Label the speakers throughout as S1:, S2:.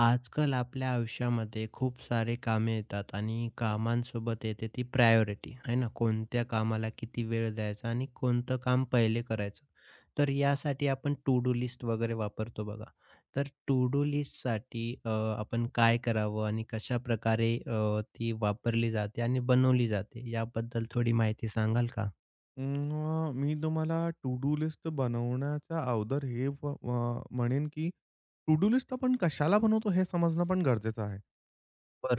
S1: आजकाल आपल्या आयुष्यामध्ये खूप सारे कामे येतात आणि कामांसोबत येते ती प्रायोरिटी आहे ना, कोणत्या कामाला किती वेळ द्यायचा आणि कोणतं काम पहिले करायचं. तर यासाठी आपण टू डू लिस्ट वगैरे वापरतो बघा. तर टू डू लिस्टसाठी आपण काय करावं आणि कशा प्रकारे ती वापरली जाते आणि बनवली जाते याबद्दल थोडी माहिती सांगाल का?
S2: मी तुम्हाला टू डू लिस्ट बनवण्याचा अवदर हे व म्हणेन की टू डू लिस्ट आपण कशाला बनवतो हे समजणं पण गरजेचं आहे.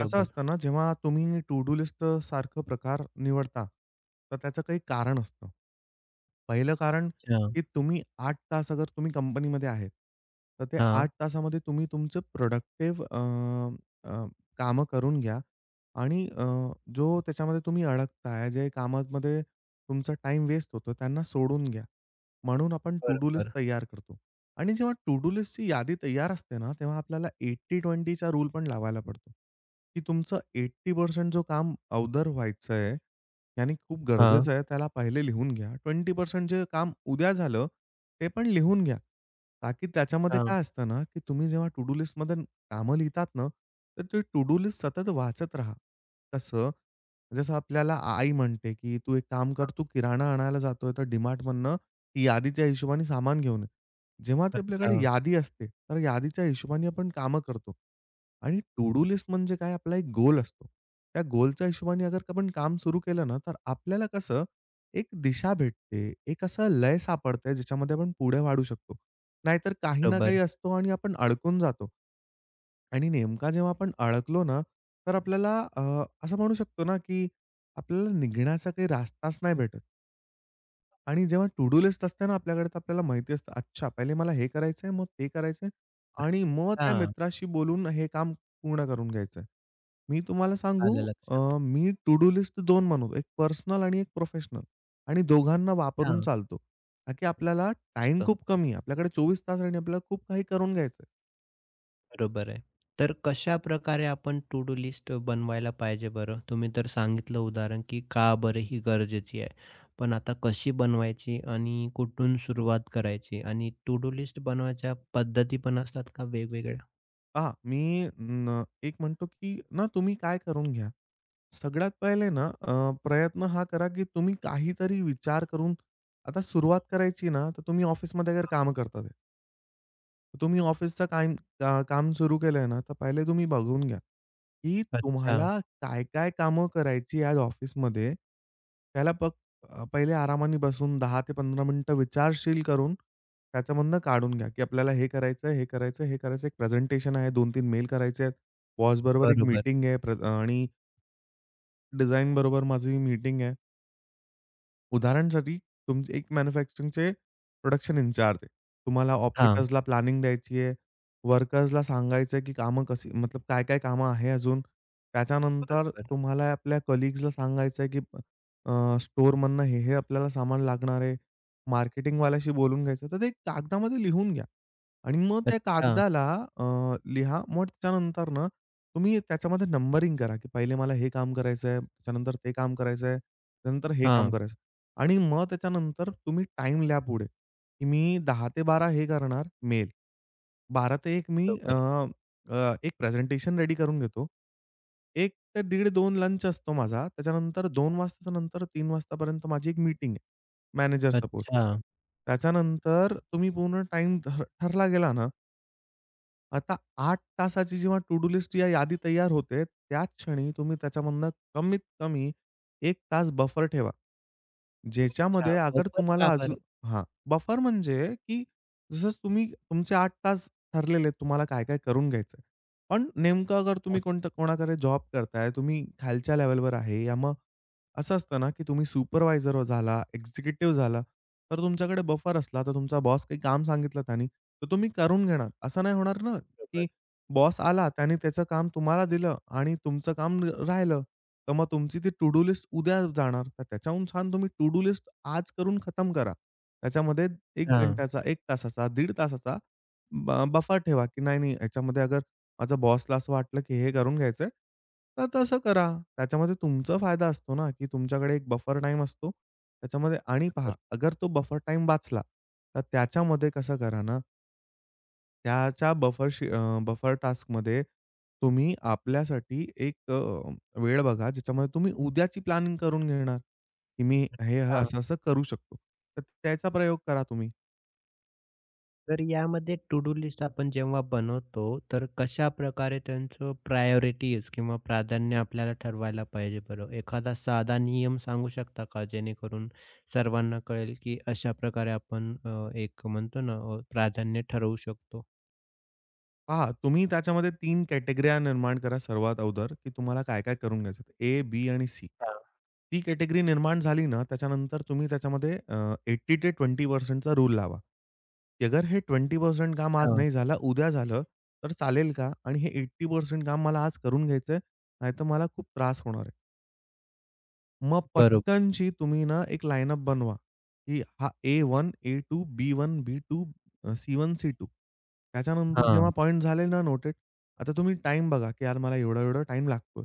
S2: कसं असतं ना, जेव्हा तुम्ही टू डू लिस्ट सारखं प्रकार निवडता, तर त्याचं काही कारण असतं. पहिलं कारण,
S1: अच्छा.
S2: की तुम्ही 8 तास अगर तुम्ही कंपनीमध्ये आहेत, तर ते
S1: हां.
S2: 8 तासामध्ये तुम्ही तुमचं प्रोडक्टिव्ह अ, अ, कामं करून घ्या आणि जो त्याच्यामध्ये तुम्ही अडकताय, जे कामामध्ये तुमचा टाइम वेस्ट होतो, त्यांना सोडून घ्या. म्हणून आपण टू डू लिस्ट
S1: बरोबर.
S2: तयार करतो आणि जेव्हा टू डू लिस्टची यादी तयार असते ना, तेव्हा आपल्याला 80-20 रूल पण लावायला पडतो, की तुमचं 80% जो काम अवदर व्हायचं आहे यानी खूप
S1: हां.
S2: गरजेचं आहे. त्याला पहिले लिहून घ्या. 20% जे काम उद्या झालं, ते पण लिहून घ्या. ताकी त्याच्यामध्ये
S1: हां.
S2: काय असतं ना, की तुम्ही जेव्हा टू डू लिस्टमध्ये कामं लिहितात ना, तर ते टू डू लिस्ट सतत वाचत राहा. कसं? जसं आपल्याला आई म्हणते, की "तू एक काम कर, तू किराणा आणायला जातोय, तर DMartमधनं यादीच्या हिशोबाने सामान घेऊन ये." जेव्हा ती आपल्याकडे
S1: अच्छा.
S2: यादी असते, तर यादीच्या हिशोबाने आपण कामं करतो. आणि टू डू लिस्ट म्हणजे काय आपला एक गोल असतो. त्या गोलच्या हिशोबाने अगर आपण काम सुरू केलं ना, तर आपल्याला कसं एक दिशा भेटते, एक असं लय सापडतंय ज्याच्यामध्ये आपण पुढे वाढू शकतो. नाहीतर काही ना काही
S1: बरोबर.
S2: असतो आणि आपण अडकून जातो. आणि नेमका जेव्हा आपण अडकलो ना, तर आपल्याला असं म्हणू शकतो ना, की आपल्याला निघण्याचा काही रास्ताच नाही भेटत. आणि जेव्हा टू डू लिस्ट असते ना आपल्याकडे, तर आपल्याला माहिती असतं, अच्छा पहिले मला हे करायचंय, मग ते करायचंय आणि मग त्या
S1: हां.
S2: मित्राशी बोलून हे काम पूर्ण करून घ्यायचंय. मी तुम्हाला
S1: आलं
S2: सांगू अ,
S1: लक्षात.
S2: मी टू डू लिस्ट 2 बनवतो. एक पर्सनल आणि एक प्रोफेशनल आणि दोघांना वापरून
S1: हां.
S2: चालतो. का की आपल्याला टाईम खूप कमी आहे. आपल्याकडे 24 तास आहे आणि आपल्याला खूप काही करून घ्यायचंय.
S1: बरोबर आहे. तर कशाप्रकारे आपण टू डू लिस्ट बनवायला पाहिजे बरं? तुम्ही तर सांगितलं उदाहरण, की का बरं ही गरजेची आहे. पण आता कशी बनवायची आणि कुठून सुरुवात करायची? आणि टू डू लिस्ट बनवायच्या पद्धती पण असतात का वेगवेगळ्या?
S2: पहा मी न एक म्हणतो, की ना तुम्ही काय करून घ्या. सगळ्यात पहिले ना प्रयत्न हा करा, की तुम्ही काहीतरी विचार करून आता सुरुवात करायची ना, तर तुम्ही ऑफिसमध्ये अगर कामं करतात आहे. तर तुम्ही ऑफिसचं काम सुरू केलंय ना, तर पहिले तुम्ही बघून घ्या, की
S1: अच्छा.
S2: तुम्हाला काय-काय कामं करायची आज ऑफिसमध्ये. त्याला पक पहिले आरामाने बसून 10 ते 15 मिनिटं विचारशील करून त्याच्यामधनं काढून घ्या, की आपल्याला हे करायचं हे करायचं हे करायचं एक प्रेझेंटेशन आहे, 2-3 मेल करायचे आहेत. बॉसबरोबर एक
S1: बरोबर.
S2: मीटिंग आहे आणि डिझाईन बरोबर माझी मीटिंग आहे. उदाहरणासाठी तुमचे एक मॅन्युफॅक्चरिंगचे प्रोडक्शन इन्चार्ज आहे. तुम्हाला
S1: हां.
S2: ऑपरेटर्सला प्लॅनिंग द्यायची आहे. वर्कर्सला सांगायचं आहे, की कामं कशी मतलब काय-काय कामं आहे अजून. त्याच्यानंतर
S1: बरोबर.
S2: तुम्हाला आपल्या कलीग्सला सांगायचं आहे, की स्टोअरमधनं हे-हे आपल्याला सामान लागणार आहे. मार्केटिंगवाल्याशी बोलून घ्यायचं. तर ते कागदामध्ये लिहून घ्या आणि मग त्या
S1: अच्छा.
S2: कागदाला अ, लिहा. मग त्याच्यानंतर ना तुम्ही त्याच्यामध्ये नंबरिंग करा, की पहिले मला हे काम करायचं आहे, त्याच्यानंतर ते काम करायचं आहे, त्यानंतर हे काम
S1: हां.
S2: करायचं आहे. आणि मग त्याच्यानंतर तुम्ही टाइम लॅप पुढे, की मी 10 ते 12 हे करणार मेल. 12 ते 1 मी अ,
S1: बरोबर.
S2: अ, एक प्रेझेंटेशन रेडी करून घेतो. एक ते दीड दोन लंच असतो माझा. त्याच्यानंतर 2 वाजताच्या नंतर 3 वाजतापर्यंत माझी एक मीटिंग आहे मॅनेजर सपोज.
S1: अच्छा.
S2: त्याच्यानंतर तुम्ही पूर्ण टाईम ठरला गेला ना आता 8 तासाची जेव्हा टू डू लिस्ट या यादी तयार होते, त्याच क्षणी तुम्ही त्याच्यामधनं कमीत कमी 1 तास बफर ठेवा.
S1: अच्छा.
S2: ज्याच्यामध्ये अगर
S1: बरोबर का
S2: तुम्हाला अजून
S1: बरं?
S2: हां, बफर म्हणजे की जसं तुम्ही तुमचे 8 तास ठरलेले आहेत, तुम्हाला काय-काय करून घ्यायचं आहे. पण नेमकं अगर तुम्ही
S1: हां.
S2: कोणतं कोणाकडे जॉब करताय, तुम्ही खालच्या लेव्हलवर आहे या मग असं असतं ना, की तुम्ही सुपरवायझर झाला, एक्झिक्युटिव्ह झाला, तर तुमच्याकडे बफर असला, तर तुमचा बॉस काही काम सांगितलं त्यानी, तर तुम्ही करून घेणार. असं नाही होणार ना,
S1: बरोबर.
S2: की बॉस आला, त्याने त्याचं काम तुम्हाला दिलं आणि तुमचं काम राहिलं. तर मग तुमची ती टू डू लिस्ट उद्या जाणार. तर त्याच्याहून छान तुम्ही टू डू लिस्ट आज करून खतम करा. त्याच्यामध्ये 1
S1: हां.
S2: घंट्याचा, 1 तासाचा, 1.5 तासाचा बफर ठेवा, की नाही, नाही याच्यामध्ये अगर माझ्या बॉसला असं वाटलं, की हे करून घ्यायचंय, तर तसं करा. त्याच्यामध्ये तुमचा फायदा असतो ना, की तुमच्याकडे एक बफर टाईम असतो. त्याच्यामध्ये आणि पहा,
S1: बरं.
S2: अगर तो बफर टाईम वाचला, तर त्याच्यामध्ये कसं करा ना त्याच्या बफर टास्कमध्ये तुम्ही आपल्यासाठी एक वेळ बघा, ज्याच्यामध्ये तुम्ही उद्याची प्लॅनिंग करून घेणार, की मी हे असं-असं करू शकतो. तर त्याचा प्रयोग करा तुम्ही.
S1: तर यामध्ये टू डू लिस्ट आपण जेव्हा बनवतो, तर कशाप्रकारे त्यांचं प्रायोरिटीज किंवा प्राधान्य आपल्याला ठरवायला पाहिजे बरं? एखादा साधा नियम सांगू शकता का? जेणेकरून सर्वांना कळेल, की अशा प्रकारे आपण एक म्हणतो ना, प्राधान्य ठरवू शकतो.
S2: पहा, तुम्ही त्याच्यामध्ये तीन कॅटेगऱ्या निर्माण करा सर्वात अगोदर, की तुम्हाला काय-काय करून घ्यायचं आहे. ए, बी आणि सी.
S1: हां,
S2: ती कॅटेगरी निर्माण झाली ना, त्याच्यानंतर तुम्ही त्याच्यामध्ये 80% ते 20% चा रूल लावा, की अगर हे 20% काम आज
S1: हां,
S2: नाही झालं, उद्या झालं तर चालेल का? आणि हे 80% काम मला आज करून घ्यायचंय, नाहीतर मला खूप त्रास होणार आहे. मग
S1: बरोबर.
S2: पटकनशी तुम्ही ना एक लाईनअप बनवा, की हा A1, A2, B1, B2, C1, C2. त्याच्यानंतर जेव्हा
S1: हां,
S2: पॉइंट झाले ना नोटेड, आता तुम्ही टाईम बघा, की यार मला एवढा-एवढा टाईम लागतोय.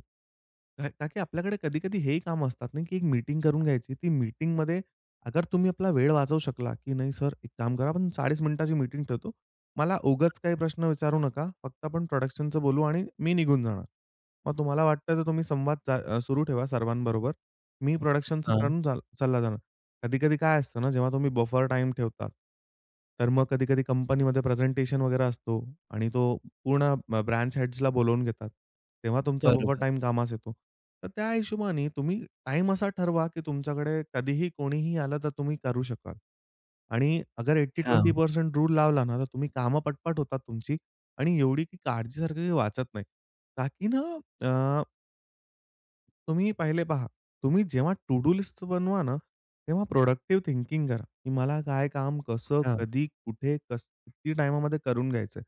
S2: का का की आपल्याकडे कधी-कधी हेही काम असतात ना, की एक मीटिंग करून घ्यायची. ती मीटिंगमध्ये अगर तुम्ही आपला वेळ वाचवू शकला, की नाही सर एक काम करा आपण 40 मिनिटाची मीटिंग ठेवतो. मला उगाच काही प्रश्न विचारू नका. फक्त आपण प्रोडक्शनचं बोलू आणि मी निघून जाणार. मग तुम्हाला वाटतं तर तुम्ही संवाद सुरू ठेवा सर्वांबरोबर. मी प्रोडक्शनचं
S1: हां,
S2: करून चालला जाणार. कधी-कधी काय असतं ना, जेव्हा तुम्ही बफर टाईम ठेवता। तर मग कधी-कधी कंपनीमध्ये प्रेझेंटेशन वगैरे असतो आणि तो पूर्ण ब्रांच हेड्सला बोलावून घेतात. तेव्हा तुमचा बफर
S1: बरोबर.
S2: टाईम कामास येतो. तर त्या हिशोबाने तुम्ही टाईम असा ठरवा, की तुमच्याकडे कधीही कोणीही आलं तर तुम्ही करू शकाल. आणि अगर
S1: हां,
S2: 80-20% रूल लावला ना, तर तुम्ही कामं पटपट होतात तुमची आणि एवढी की काळजीसारखी वाचत नाही. का की ना अ, तुम्ही पहिले पहा, तुम्ही जेव्हा टू डू लिस्ट बनवा ना, तेव्हा प्रोडक्टिव्ह थिंकिंग करा, की मला काय काम, कसं,
S1: हां,
S2: कधी, कुठे, कसं, किती टाईमामध्ये करून घ्यायचंय.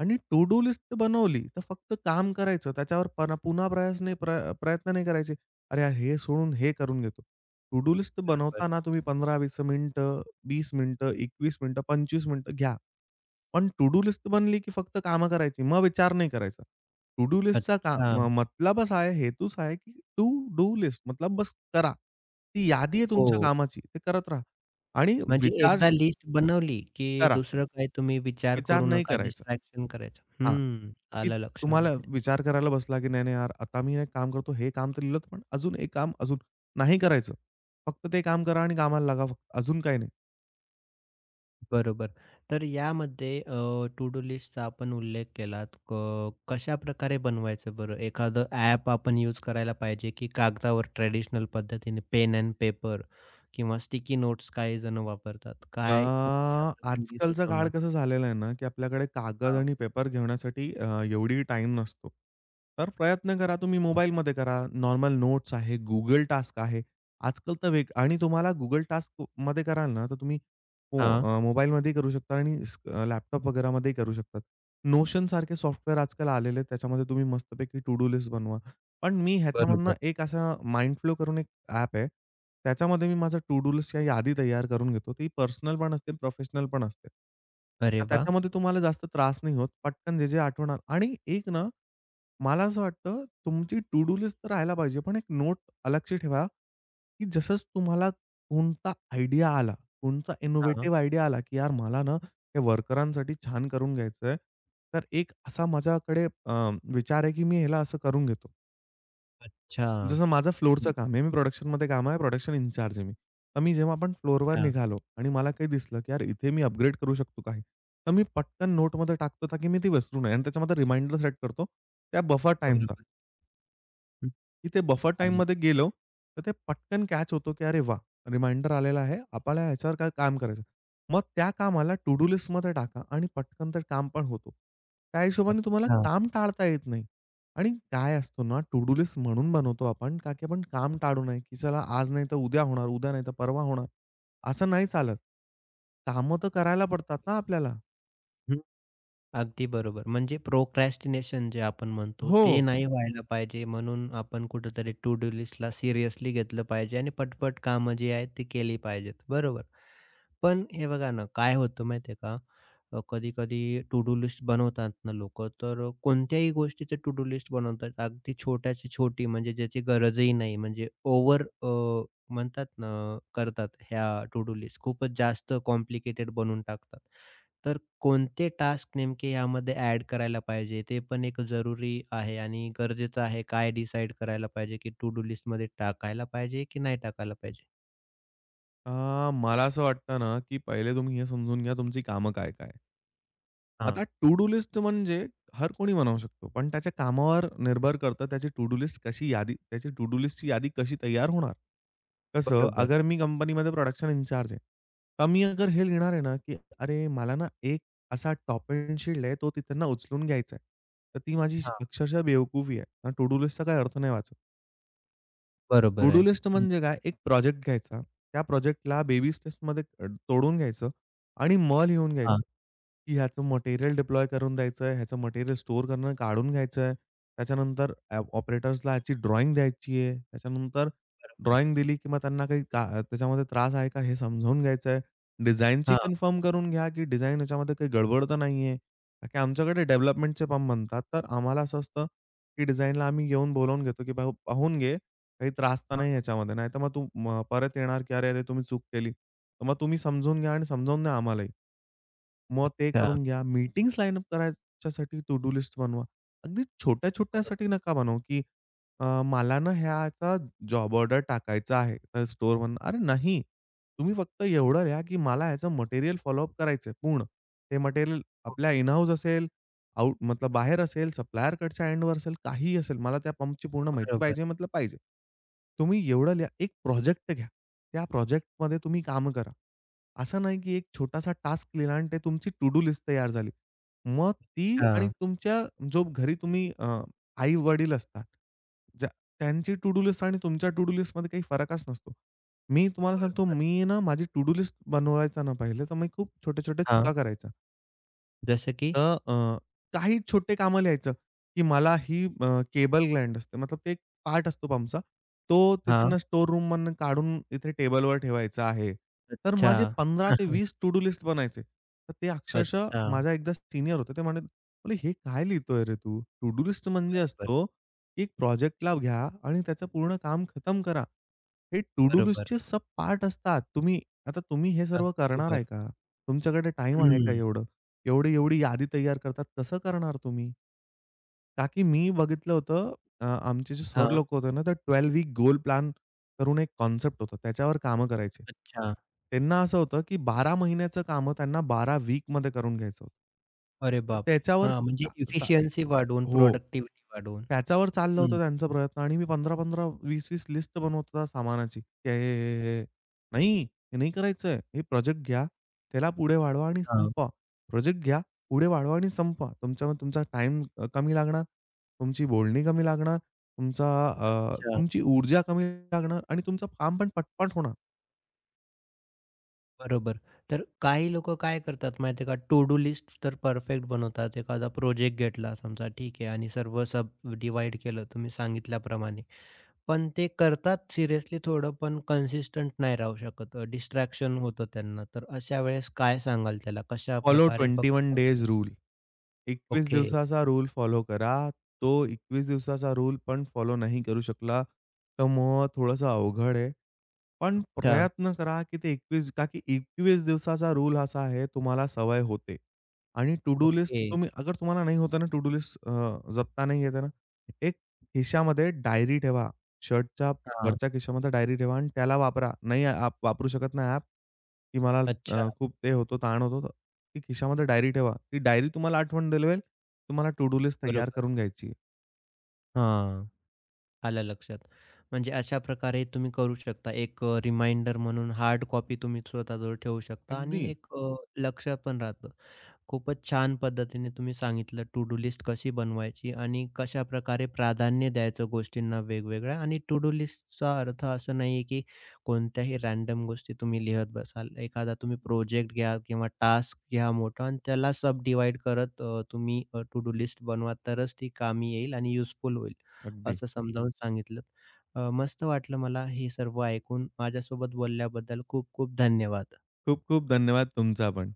S2: आणि टू डू लिस्ट बनवली, तर फक्त काम करायचं. त्याच्यावर पुन्हा प्रयास नाही प्र प्रयत्न नाही करायचे. अरे, यार हे सोडून हे करून घेतो. टू डू लिस्ट
S1: बरोबर.
S2: बनवताना तुम्ही 15-20 मिनिटं, 20 मिनिटं, 21 मिनिटं, 25 मिनिटं घ्या. पण टू डू लिस्ट बनली की फक्त कामं करायची. मग विचार नाही करायचा. टू डू लिस्टचा का
S1: अच्छा.
S2: मतलबच आहे, हेतूच आहे की टू डू लिस्ट मतलब बस करा. ती यादी आहे तुमच्या
S1: हो,
S2: कामाची. ते करत राहा आणि
S1: म्हणजे
S2: विचार
S1: एकदा लिस्ट बनवली, की
S2: करा.
S1: दुसरं काही तुम्ही विचार
S2: विचार
S1: करू
S2: नाही
S1: नका,
S2: करायचा.
S1: डिस्ट्रॅक्शन करायचं.
S2: हां,
S1: हं,
S2: की
S1: आलं
S2: तुम्हाला
S1: लक्षामध्ये.
S2: विचार करायला बसला की नाही, नाही यार, आता मी एक काम करतो. हे काम तर लिहिलं, पण अजून एक काम अजून नाही करायचं. फक्त ते काम करा आणि कामाला लागा फक्त. अजून काही नाही.
S1: बरोबर. तर यामध्ये टू डू लिस्टचा आपण उल्लेख केलात. कशाप्रकारे बनवायचं बरं? एखादं ॲप आपण यूज करायला पाहिजे, की कागदावर ट्रेडिशनल पद्धतीने पेन एंड पेपर किंवा स्टिकी नोट्स काही जण वापरतात.
S2: अ,
S1: काय तुम्ही याप्रसंगी
S2: आजकालचा काळ
S1: सुचवणार?
S2: कसं झालेला आहे ना, की आपल्याकडे कागद
S1: हां,
S2: आणि पेपर घेण्यासाठी एवढी टाईम नसतो. तर प्रयत्न करा तुम्ही
S1: हां.
S2: मोबाईलमध्ये करा. नॉर्मल नोट्स आहे, Google टास्क आहे. आजकाल तर वेग आणि तुम्हाला Google टास्कमध्ये कराल ना, तर तुम्ही
S1: हां,
S2: मोबाईलमध्येही करू शकता आणि लॅपटॉप वगैरेमध्येही करू शकतात. Notion सारखे सॉफ्टवेअर आजकाल आलेले आहेत. त्याच्यामध्ये तुम्ही मस्तपैकी टू डू लिस्ट बनवा. पण मी ह्याच्यामधनं
S1: बरोबर.
S2: एक असा माइंड फ्लो करून ॲप आहे. त्याच्यामध्ये मी माझा टू डू लिस्ट या यादी तयार करून घेतो. ती पर्सनल पण असते, प्रोफेशनल पण असते.
S1: अरे
S2: तर
S1: वाह!
S2: त्याच्यामध्ये तुम्हाला जास्त त्रास नाही होत. पटकन जे-जे आठवणार आणि एक ना, मला असं वाटतं तुमची टू डू लिस्ट तर राहायला पाहिजे, पण एक नोट अलगशी ठेवा, की जसंच तुम्हाला कोणता आयडिया आला, कोणता
S1: हां.
S2: इनोव्हेटिव्ह आयडिया आला, की यार मला ना हे वर्करांसाठी छान करून घ्यायचंय. तर एक असा माझ्याकडे विचार आहे, की मी ह्याला असं करून घेतो.
S1: अच्छा.
S2: जसं माझं फ्लोरचं
S1: हं.
S2: काम आहे. मी प्रोडक्शनमध्ये काम आहे. प्रोडक्शन इन्चार्ज आहे मी. तर मी जेव्हा आपण फ्लोरवर
S1: हां.
S2: निघालो आणि मला काही दिसलं, की यार इथे मी अपग्रेड करू शकतो काही. तर मी पटकन नोटमध्ये टाकतो, ताकी मी ती विसरू नये आणि त्याच्यामध्ये रिमाइंडर सेट करतो, त्या बफर टाईमचा.
S1: बरोबर. हं.
S2: तिथे बफर
S1: आलं.
S2: टाईममध्ये गेलो, तर ते पटकन कॅच होतो, की अरे वा, रिमाइंडर आलेला आहे. आपल्याला ह्याच्यावर काय काम करायचं. मग त्या कामाला टू डू लिस्टमध्ये टाका आणि पटकन ते काम पण होतो. त्या हिशोबाने तुम्हाला
S1: अच्छा.
S2: काम टाळता येत नाही. आणि काय असतो ना, टू डू लिस्ट म्हणून बनवतो आपण, का की आपण काम टाळू नये, की चला आज नाही तर उद्या होणार, उद्या नाही तर परवा होणार. असं नाही चालत. कामं तर करायला पडतात ना आपल्याला.
S1: अगदी बरोबर. म्हणजे प्रोक्रॅस्टिनेशन जे आपण म्हणतो,
S2: हो.
S1: ते नाही हं व्हायला पाहिजे म्हणून आपण कुठेतरी टू डू लिस्टला सिरियसली घेतलं पाहिजे आणि पटपट कामं जी आहेत ती केली पाहिजेत. बरोबर. पण हे बघा ना, काय होतं माहिती आहे का? कधी-कधी टू डू लिस्ट बनवतात ना लोकं, तर कोणत्याही गोष्टीचं टू डू लिस्ट बनवतात. अगदी छोट्याची छोटी, म्हणजे ज्याची गरजही नाही. म्हणजे ओव्हर म्हणतात ना, करतात ह्या टू डू लिस्ट खूपच जास्त कॉम्प्लिकेटेड बनवून टाकतात. कोणते टास्क नेमके यामध्ये ॲड करायला पाहिजे, ते पण एक जरुरी आहे आणि गरजेचं आहे. काय डिसाईड करायला पाहिजे, की टू डू लिस्टमध्ये टाकायला पाहिजे की नाही टाकायला पाहिजे?
S2: अ, मला असं वाटतं ना, की पहिले तुम्ही हे समजून घ्या तुमची कामं काय-काय आहे?
S1: हां,
S2: आता टू डू लिस्ट म्हणजे हर कोणी बनवू शकतो. पण त्याच्या कामावर निर्भर करतं त्याची टू डू लिस्टची यादी कशी तयार होणार? कसं
S1: बरोबर.
S2: अगर मी कंपनीमध्ये प्रोडक्शन इन्चार्ज आहे. तर मी अगर हे लिहिणार आहे ना, की अरे मला ना एक असा टॉप एंड शील्ड आहे तो तिथं ना उचलून घ्यायचा आहे. तर ती माझी
S1: हां,
S2: अक्षरशः बेवकूफी आहे. ना. टू डू लिस्टचा काही अर्थ नाही वाचत. टू
S1: बरोबर
S2: डू
S1: आहे.
S2: लिस्ट
S1: हं.
S2: म्हणजे काय? एक प्रोजेक्ट घ्यायचा. त्या प्रोजेक्टला बेबी स्टेप्समध्ये तोडून घ्यायचं आणि लिहून
S1: हां,
S2: घ्यायचं, की ह्याचं मटेरियल डिप्लॉय करून द्यायचं आहे, ह्याचं मटेरियल स्टोअर करणं काढून घ्यायचं आहे. त्याच्यानंतर ऑपरेटर्सला ह्याची ड्रॉइंग द्यायची आहे. त्याच्यानंतर ड्रॉइंग दिली किंवा त्यांना काही का त्याच्यामध्ये त्रास आहे का हे समजावून घ्यायचं आहे. डिझाइनची कन्फर्म करून घ्या, की डिझाइन ह्याच्यामध्ये काही गडबड तर नाही आहे. का की आमच्याकडे डेव्हलपमेंटचे पण बनतात. तर आम्हाला असं असतं, की डिझाइनला आम्ही येऊन बोलावून घेतो, की "भाऊ पाहून घे." काही त्रास तर नाही
S1: हां.
S2: याच्यामध्ये. नाहीतर मग तू म परत येणार, की "अरे, अरे, तुम्ही चूक केली." तर मग तुम्ही समजून घ्या आणि समजावून द्या आम्हालाही. मग ते
S1: अच्छा.
S2: करून घ्या. मीटिंग्स लाईन अप करायच्यासाठी टू डू लिस्ट बनवा. अगदी
S1: बरोबर.
S2: छोट्या-छोट्यासाठी नका बनवू, की "मला ना ह्याचा जॉब ऑर्डर टाकायचा आहे तर स्टोअरवरून." अरे नाही, तुम्ही फक्त एवढं लिहा, की "मला ह्याचं मटेरियल फॉलो अप करायचंय पूर्ण." ते मटेरियल
S1: हो,
S2: आपल्या इन हाऊस असेल आउट मतलब बाहेर असेल, सप्लायरकडच्या एंडवर असेल, काहीही असेल, मला त्या पंपची पूर्ण माहिती
S1: बरोबर.
S2: पाहिजे मतलब पाहिजे. तुम्ही एवढं लिहा, एक प्रोजेक्ट घ्या. त्या प्रोजेक्टमध्ये तुम्ही कामं करा. असं नाही की एक छोटासा टास्क लिहिला आणि ते तुमची टू डू लिस्ट तयार झाली. मग ती आणि
S1: अच्छा.
S2: तुमच्या जो घरी तुम्ही आई-वडील असतात, ज्या त्यांची टू डू लिस्ट आणि तुमच्या टू डू लिस्टमध्ये काही फरकच नसतो. मी तुम्हाला सांगतो,
S1: बरोबर.
S2: मी ना माझी टू डू लिस्ट बनवायचा ना पहिले, तर मी खूप छोट्या-छोट्या
S1: हां,
S2: चुका करायचा.
S1: जसं की?
S2: तर काही छोटे कामं लिहायचं, की मला ही केबल ग्लँड असते. मतलब ते एक पार्ट असतो पंपचा. तो
S1: हां.
S2: तिथून स्टोअर रूममधनं काढून इथे टेबलवर ठेवायचा आहे. तर
S1: अच्छा,
S2: माझे 15 ते 20 टू डू लिस्ट बनायचे. तर ते अक्षरशः
S1: अच्छा.
S2: माझा एकदा सीनियर होता. ते म्हणे, "बोले हे काय लिहितोय रे तू? टू डू लिस्ट म्हणजे
S1: बरोबर,
S2: असतो, की एक प्रोजेक्टला घ्या आणि त्याचं पूर्ण काम खतम करा. हे टू डू
S1: बरोबर.
S2: लिस्टचे सब पार्ट असतात. आता तुम्ही हे सर्व
S1: अगदी
S2: करणार आहे
S1: बरोबर.
S2: का? तुमच्याकडे टाईम आहे का
S1: हं.
S2: एवढं?" एवढी-एवढी यादी तयार करतात. कसं करणार तुम्ही? का की मी बघितलं होतं आमचे जे सर
S1: हां.
S2: लोक होते ना, तर 12 वीक गोल प्लॅन करून एक कॉन्सेप्ट होता. त्याच्यावर कामं करायचे.
S1: अच्छा.
S2: त्यांना असं होतं, की 12 महिन्याचं कामं त्यांना 12 वीकमध्ये करून घ्यायचं होतं.
S1: अरे
S2: तर
S1: बापरे!
S2: त्याच्यावर
S1: हां, म्हणजे
S2: सा सा
S1: एफिशियन्सी वाढवून,
S2: हो.
S1: प्रॉडक्टिव्हिटी वाढवून.
S2: त्याच्यावर चाललं
S1: हं.
S2: होतं त्यांचा प्रयत्न आणि मी 15-15, 20-20 लिस्ट बनवत होता सामानाची. की हे, हे, हे, हे. नाही, हे नाही करायचंय. हे प्रोजेक्ट घ्या, त्याला पुढे वाढवा आणि
S1: हां,
S2: संपवा. प्रोजेक्ट घ्या, पुढे वाढवा आणि संपवा. तुमच्यामध्ये तुमचा टाइम कमी लागणार, तुमची बोलणी कमी लागणार,
S1: अच्छा.
S2: तुमची ऊर्जा कमी लागणार आणि तुमचं काम पण पटपट होणार.
S1: बरोबर. तर काही लोकं काय करतात माहिती आहे का, टू डू लिस्ट तर परफेक्ट बनवतात. एखादा प्रोजेक्ट घेतला समजा, ठीक आहे, आणि सर्व सब डिवाइड केलं तुम्ही सांगितल्याप्रमाणे. पण ते करतात सिरियसली थोडं, पण कन्सिस्टंट नाही राहू शकत. डिस्ट्रॅक्शन होतं त्यांना. तर अशा वेळेस काय सांगाल त्याला?
S2: फॉलो
S1: कशाप्रकारे
S2: 21
S1: फक्त
S2: डेज रूल. 21
S1: ओके,
S2: दिवसाचा रूल फॉलो करा. तो 21 दिवसाचा रूल पण फॉलो नाही करू शकला, तर मग थोडंसं अवघड आहे. पण
S1: अच्छा,
S2: प्रयत्न करा, की ते 21 का की 21 दिवसाचा रूल असा आहे, तुम्हाला सवय होते. आणि टू डू लिस्ट
S1: ओके,
S2: तुम्ही अगर तुम्हाला नाही होतं ना, टू डू लिस्ट जपता नाही येते ना, एक खिशामध्ये डायरी ठेवा. शर्टच्या
S1: हां,
S2: वरच्या खिशामध्ये डायरी ठेवा आणि त्याला वापरा. नाही आप वापरू शकत नाही ॲप, की मला
S1: अच्छा,
S2: खूप ते होतो, ताण होतो, तर ती खिशामध्ये डायरी ठेवा. ती डायरी तुम्हाला आठवण दिलवेल, तुम्हाला टू डू लिस्ट तयार
S1: बरोबर.
S2: करून घ्यायची आहे.
S1: हां. आलं लक्षात. म्हणजे अशा प्रकारे तुम्ही करू शकता. एक रिमाइंडर म्हणून हार्ड कॉपी तुम्ही स्वतःजवळ ठेवू शकता
S2: अगदी,
S1: आणि एक, लक्षात पण राहतं. खूपच छान पद्धतीने तुम्ही सांगितलं टू डू लिस्ट कशी बनवायची आणि कशा प्रकारे प्राधान्य द्यायचं गोष्टींना वेगवेगळ्या, आणि टू डू लिस्टचा अर्थ असं नाही की कोणत्याही रॅन्डम गोष्टी तुम्ही लिहत बसाल. एखादा तुम्ही प्रोजेक्ट घ्या किंवा टास्क घ्या मोठा आणि त्याला सब डिवाइड करत तुम्ही टू डू लिस्ट बनवा, तरच ती कामी येईल आणि युजफुल होईल.
S2: अगदी.
S1: असं समजावून सांगितलं. मस्त वाटलं मला हे सर्व ऐकून. माझ्यासोबत बोलल्याबद्दल खूप खूप धन्यवाद.
S2: खूप खूप धन्यवाद तुमचा पण.